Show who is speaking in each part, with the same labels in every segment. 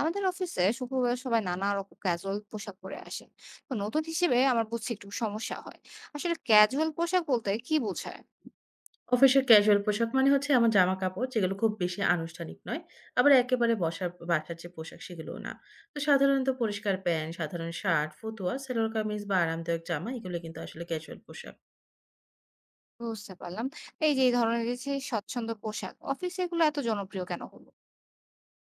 Speaker 1: আমাদের অফিসে শুক্রবার সবাই নানা রকম ক্যাজুয়াল পোশাক পরে আসে। তো নতুন হিসেবে আমার বুঝছি একটু সমস্যা হয়। আসলে ক্যাজুয়াল পোশাক বলতে কি বোঝায়?
Speaker 2: অফিসের ক্যাজুয়াল পোশাক মানে হচ্ছে আমার জামা কাপড় যেগুলো খুব বেশি আনুষ্ঠানিক নয়। আবার একেবারে বসার বাসার যে পোশাক সেগুলোও না। তো সাধারণত পরিষ্কার প্যান্ট, সাধারণ শার্ট, ফতুয়া, সেলোয়ার কামিজ বা আরামদায়ক জামা এগুলো কিন্তু আসলে ক্যাজুয়াল পোশাক।
Speaker 1: বুঝতে পারলাম। এই যে এই ধরনের যে স্বচ্ছন্দ পোশাক অফিসে এগুলো এত জনপ্রিয় কেন হলো?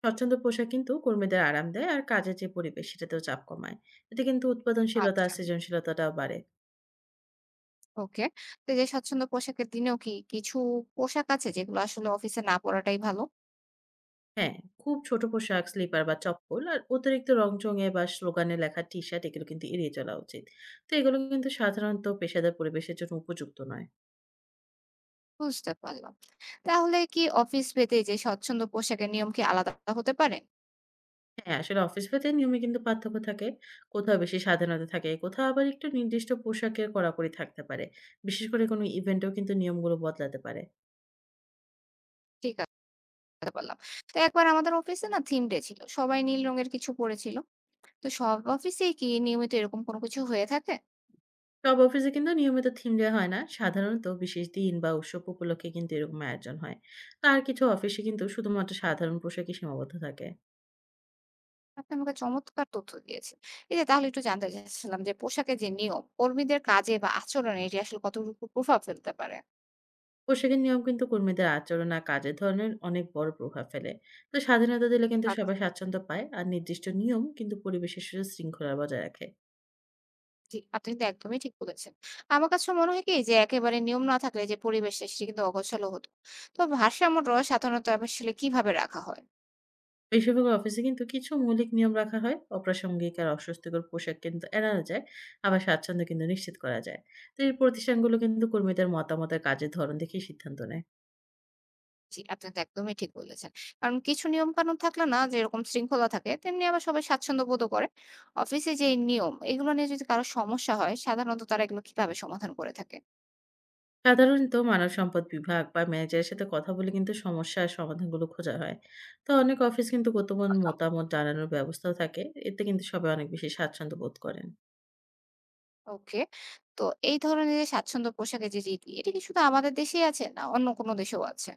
Speaker 2: স্বচ্ছন্দ পোশাক কিন্তু কর্মীদের আরাম দেয়, আর কাজের যে পরিবেশ সেটাতেও চাপ কমায়। এতে কিন্তু উৎপাদনশীলতা আর
Speaker 1: আচ্ছা।
Speaker 2: সৃজনশীলতাটাও বাড়ে।
Speaker 1: ওকে। তো এই যে স্বচ্ছন্দ পোশাকের দিনেও কি কিছু পোশাক আছে যেগুলো আসলে অফিসে না পরাটাই ভালো?
Speaker 2: হ্যাঁ, খুব ছোট পোশাক, স্লিপার বা চপ্পল, আর অতিরিক্ত রংচঙে বা স্লোগানে লেখা টি শার্ট এগুলো কিন্তু এড়িয়ে চলা উচিত। তো এগুলো কিন্তু সাধারণত পেশাদার পরিবেশের জন্য উপযুক্ত নয়।
Speaker 1: বুঝতে পারলাম। তাহলে কি অফিস ভেদে যে স্বচ্ছন্দ পোশাকের নিয়ম কি আলাদা হতে পারে?
Speaker 2: হ্যাঁ, আসলে অফিস ভেদে নিয়মে কিন্তু পার্থক্য থাকে। কোথাও বেশি স্বাধীনতা থাকে, কোথাও আবার একটু নির্দিষ্ট পোশাকের কড়াকড়ি থাকতে পারে। বিশেষ করে কোনো ইভেন্টেও কিন্তু নিয়মগুলো বদলাতে পারে।
Speaker 1: ঠিক আছে। বুঝতে পারলাম। তো একবার আমাদের অফিসে না থিম ডে ছিল, সবাই নীল রঙের কিছু পরেছিল। তো সব অফিসেই কি নিয়মিত এরকম কোনো কিছু হয়ে থাকে?
Speaker 2: সব অফিসে কিন্তু নিয়মিত থিম দেওয়া হয় না। সাধারণত বিশেষ দিন বা উৎসব উপলক্ষে কিন্তু এরকম আয়োজন হয়। আর কিছু অফিসে কিন্তু শুধুমাত্র সাধারণ পোশাকই সীমাবদ্ধ থাকে।
Speaker 1: আপনি আমাকে চমৎকার তথ্য দিয়েছেন। এই যে তাহলে একটু জানতে চাচ্ছিলাম যে পোশাকের যে নিয়ম, কর্মীদের কাজে বা আচরণে এটি আসলে কতটুকু প্রভাব ফেলতে পারে?
Speaker 2: পোশাকের নিয়ম কিন্তু কর্মীদের আচরণ আর কাজের ধরনের অনেক বড় প্রভাব ফেলে। তো স্বাধীনতা দিলে কিন্তু
Speaker 1: আচ্ছা,
Speaker 2: সবাই স্বাচ্ছন্দ্য পায়, আর নির্দিষ্ট নিয়ম কিন্তু পরিবেশের সুশৃঙ্খলা বজায় রাখে।
Speaker 1: জি, আপনি কিন্তু একদমই ঠিক বলেছেন। আমার কাছে মনে হয় কি যে একেবারে নিয়ম না থাকলে যে পরিবেশটা সেটি কিন্তু অগোছালো হতো। তো ভারসাম্যটা সাধারণত আসলে কিভাবে রাখা হয়?
Speaker 2: বেশিরভাগ অফিসে কিন্তু কিছু মৌলিক নিয়ম রাখা হয়, অপ্রাসঙ্গিক আর অস্বস্তিকর পোশাক কিন্তু এড়ানো যায়। আবার স্বাচ্ছন্দ্য কিন্তু নিশ্চিত করা যায়। তো এই প্রতিষ্ঠানগুলো কিন্তু কর্মীদের মতামত আর কাজের ধরন দেখেই সিদ্ধান্ত নেয়।
Speaker 1: জি, আপনি তো একদমই ঠিক বলেছেন। কারণ কিছু নিয়মকানুন থাকলে না যেরকম শৃঙ্খলা থাকে, তেমনি আবার সবাই স্বাচ্ছন্দ্য বোধও করে। অফিসে যে এই নিয়ম, এগুলো নিয়ে যদি কারো সমস্যা হয়, সাধারণত তারা এগুলো কিভাবে সমাধান করে থাকে?
Speaker 2: সাধারণত মানব সম্পদ বিভাগ বা ম্যানেজারের সাথে কথা বলে কিন্তু সমস্যার সমাধানগুলো খোঁজা হয়। তো অনেক অফিস কিন্তু
Speaker 1: বুঝতে
Speaker 2: গোপন
Speaker 1: পারলাম।
Speaker 2: মতামত জানানোর ব্যবস্থাও থাকে। এতে কিন্তু সবাই অনেক বেশি স্বাচ্ছন্দ্য বোধ করেন।
Speaker 1: ওকে। তো এই ধরনের যে স্বাচ্ছন্দ্য পোশাকের যে রীতি, এটা কি শুধু আমাদের দেশেই আছে না অন্য কোনো দেশেও আছে?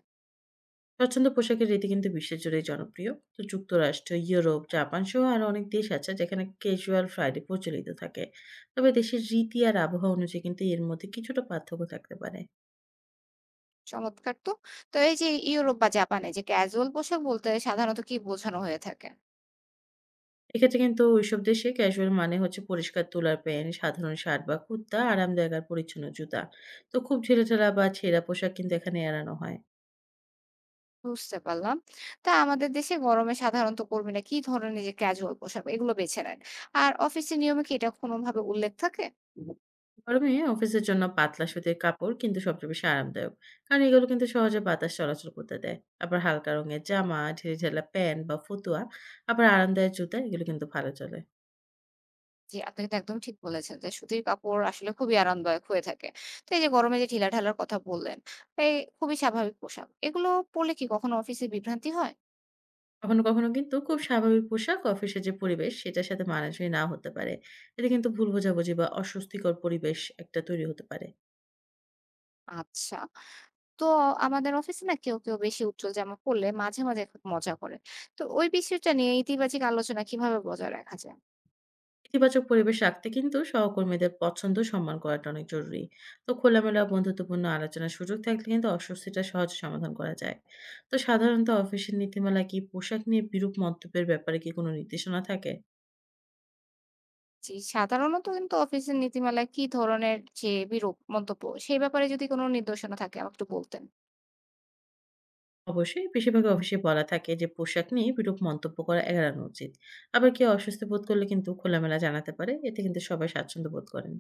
Speaker 2: স্বচ্ছন্দ পোশাকের রীতি কিন্তু বিশ্বজুড়েই জনপ্রিয়। তো যুক্তরাষ্ট্র, ইউরোপ, জাপান সহ আরো অনেক দেশ আছে যেখানে ক্যাজুয়াল ফ্রাইডে প্রচলিত থাকে। তবে দেশের রীতি আর আবহাওয়া অনুযায়ী কিন্তু এর মধ্যে কিছুটা পার্থক্য থাকতে পারে।
Speaker 1: চমৎকার তো। তো এই যে ইউরোপ বা জাপানে যে ক্যাজুয়াল পোশাক বলতে সাধারণত কি বোঝানো হয়ে থাকে?
Speaker 2: এক্ষেত্রে কিন্তু ওইসব দেশে ক্যাজুয়াল মানে হচ্ছে পরিষ্কার তুলার প্যান্ট, সাধারণ শার্ট বা কুর্তা, আরামদায়ক আর পরিচ্ছন্ন জুতা। তো খুব ঢিলেঢালা বা ছেঁড়া পোশাক কিন্তু এখানে এড়ানো হয়।
Speaker 1: বুঝতে পারলাম। তা আমাদের দেশে গরমে সাধারণত কর্মীরা কি ধরনের যে ক্যাজুয়াল পোশাক এগুলো বেছে নেন? আর অফিসের নিয়মে কি এটা কোনোভাবে উল্লেখ থাকে?
Speaker 2: গরমে অফিসের জন্য পাতলা সুতির কাপড় কিন্তু সবচেয়ে বেশি আরামদায়ক, কারণ এগুলো কিন্তু সহজে বাতাস চলাচল করতে দেয়। আবার হালকা রঙের জামা, ঢিলে ঢালা প্যান্ট বা ফতুয়া, আবার আরামদায়ক জুতা এগুলো কিন্তু ভালো চলে।
Speaker 1: জি, আপনি কিন্তু একদম ঠিক বলেছেন যে সুতির কাপড় আসলে খুবই আরামদায়ক হয়ে থাকে। তো এই যে গরমে যে ঢিলাঢালার কথা বললেন, এই খুবই স্বাভাবিক পোশাক। এগুলো পরলে কি কখনো অফিসে বিভ্রান্তি হয়?
Speaker 2: কখনো কখনো কিন্তু খুব স্বাভাবিক পোশাক অফিসের যে পরিবেশ সেটার সাথে মানানসই না হতে পারে। এতে কিন্তু ভুল বোঝাবুঝি বা অস্বস্তিকর পরিবেশ একটা তৈরি হতে পারে।
Speaker 1: আচ্ছা। তো আমাদের অফিসে না কেউ বেশি উজ্জ্বল জামা পরলে মাঝে মাঝে খুব মজা করে। তো ওই বিষয়টা নিয়ে ইতিবাচক আলোচনা কিভাবে বজায় রাখা যায়?
Speaker 2: ইতিবাচক পরিবেশ রাখতে কিন্তু সহকর্মীদের পছন্দ সম্মান করাটা অনেক জরুরি। তো খোলামেলা ও বন্ধুত্বপূর্ণ আলোচনার সুযোগ থাকলে কিন্তু অস্বস্তিটা সহজে সমাধান করা যায়। তো সাধারণত অফিসের নীতিমালা কি পোশাক নিয়ে বিরূপ মন্তব্যের ব্যাপারে কি কোনো নির্দেশনা থাকে?
Speaker 1: জি, সাধারণত কিন্তু অফিসের নীতিমালায় কি ধরনের যে বিরূপ মন্তব্য সেই ব্যাপারে যদি কোনো নির্দেশনা থাকে আমাকে একটু বলতেন।
Speaker 2: অবশ্যই, বেশিরভাগ অফিসে বলা থাকে যে পোশাক নিয়ে বিরূপ মন্তব্য করা এড়ানো উচিত। আবার কেউ অস্বস্তি বোধ করলে কিন্তু খোলামেলা জানাতে পারে, এতে কিন্তু সবাই স্বাচ্ছন্দ্য বোধ করেন।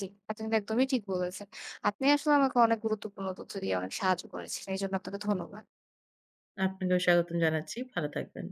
Speaker 1: জি, আপনি কিন্তু একদমই ঠিক বলেছেন। আপনি আসলে আমাকে অনেক গুরুত্বপূর্ণ তথ্য দিয়ে অনেক সাহায্য করেছেন। এজন্য আপনাকে ধন্যবাদ।
Speaker 2: আপনাকেও স্বাগতম জানাচ্ছি, ভালো থাকবেন।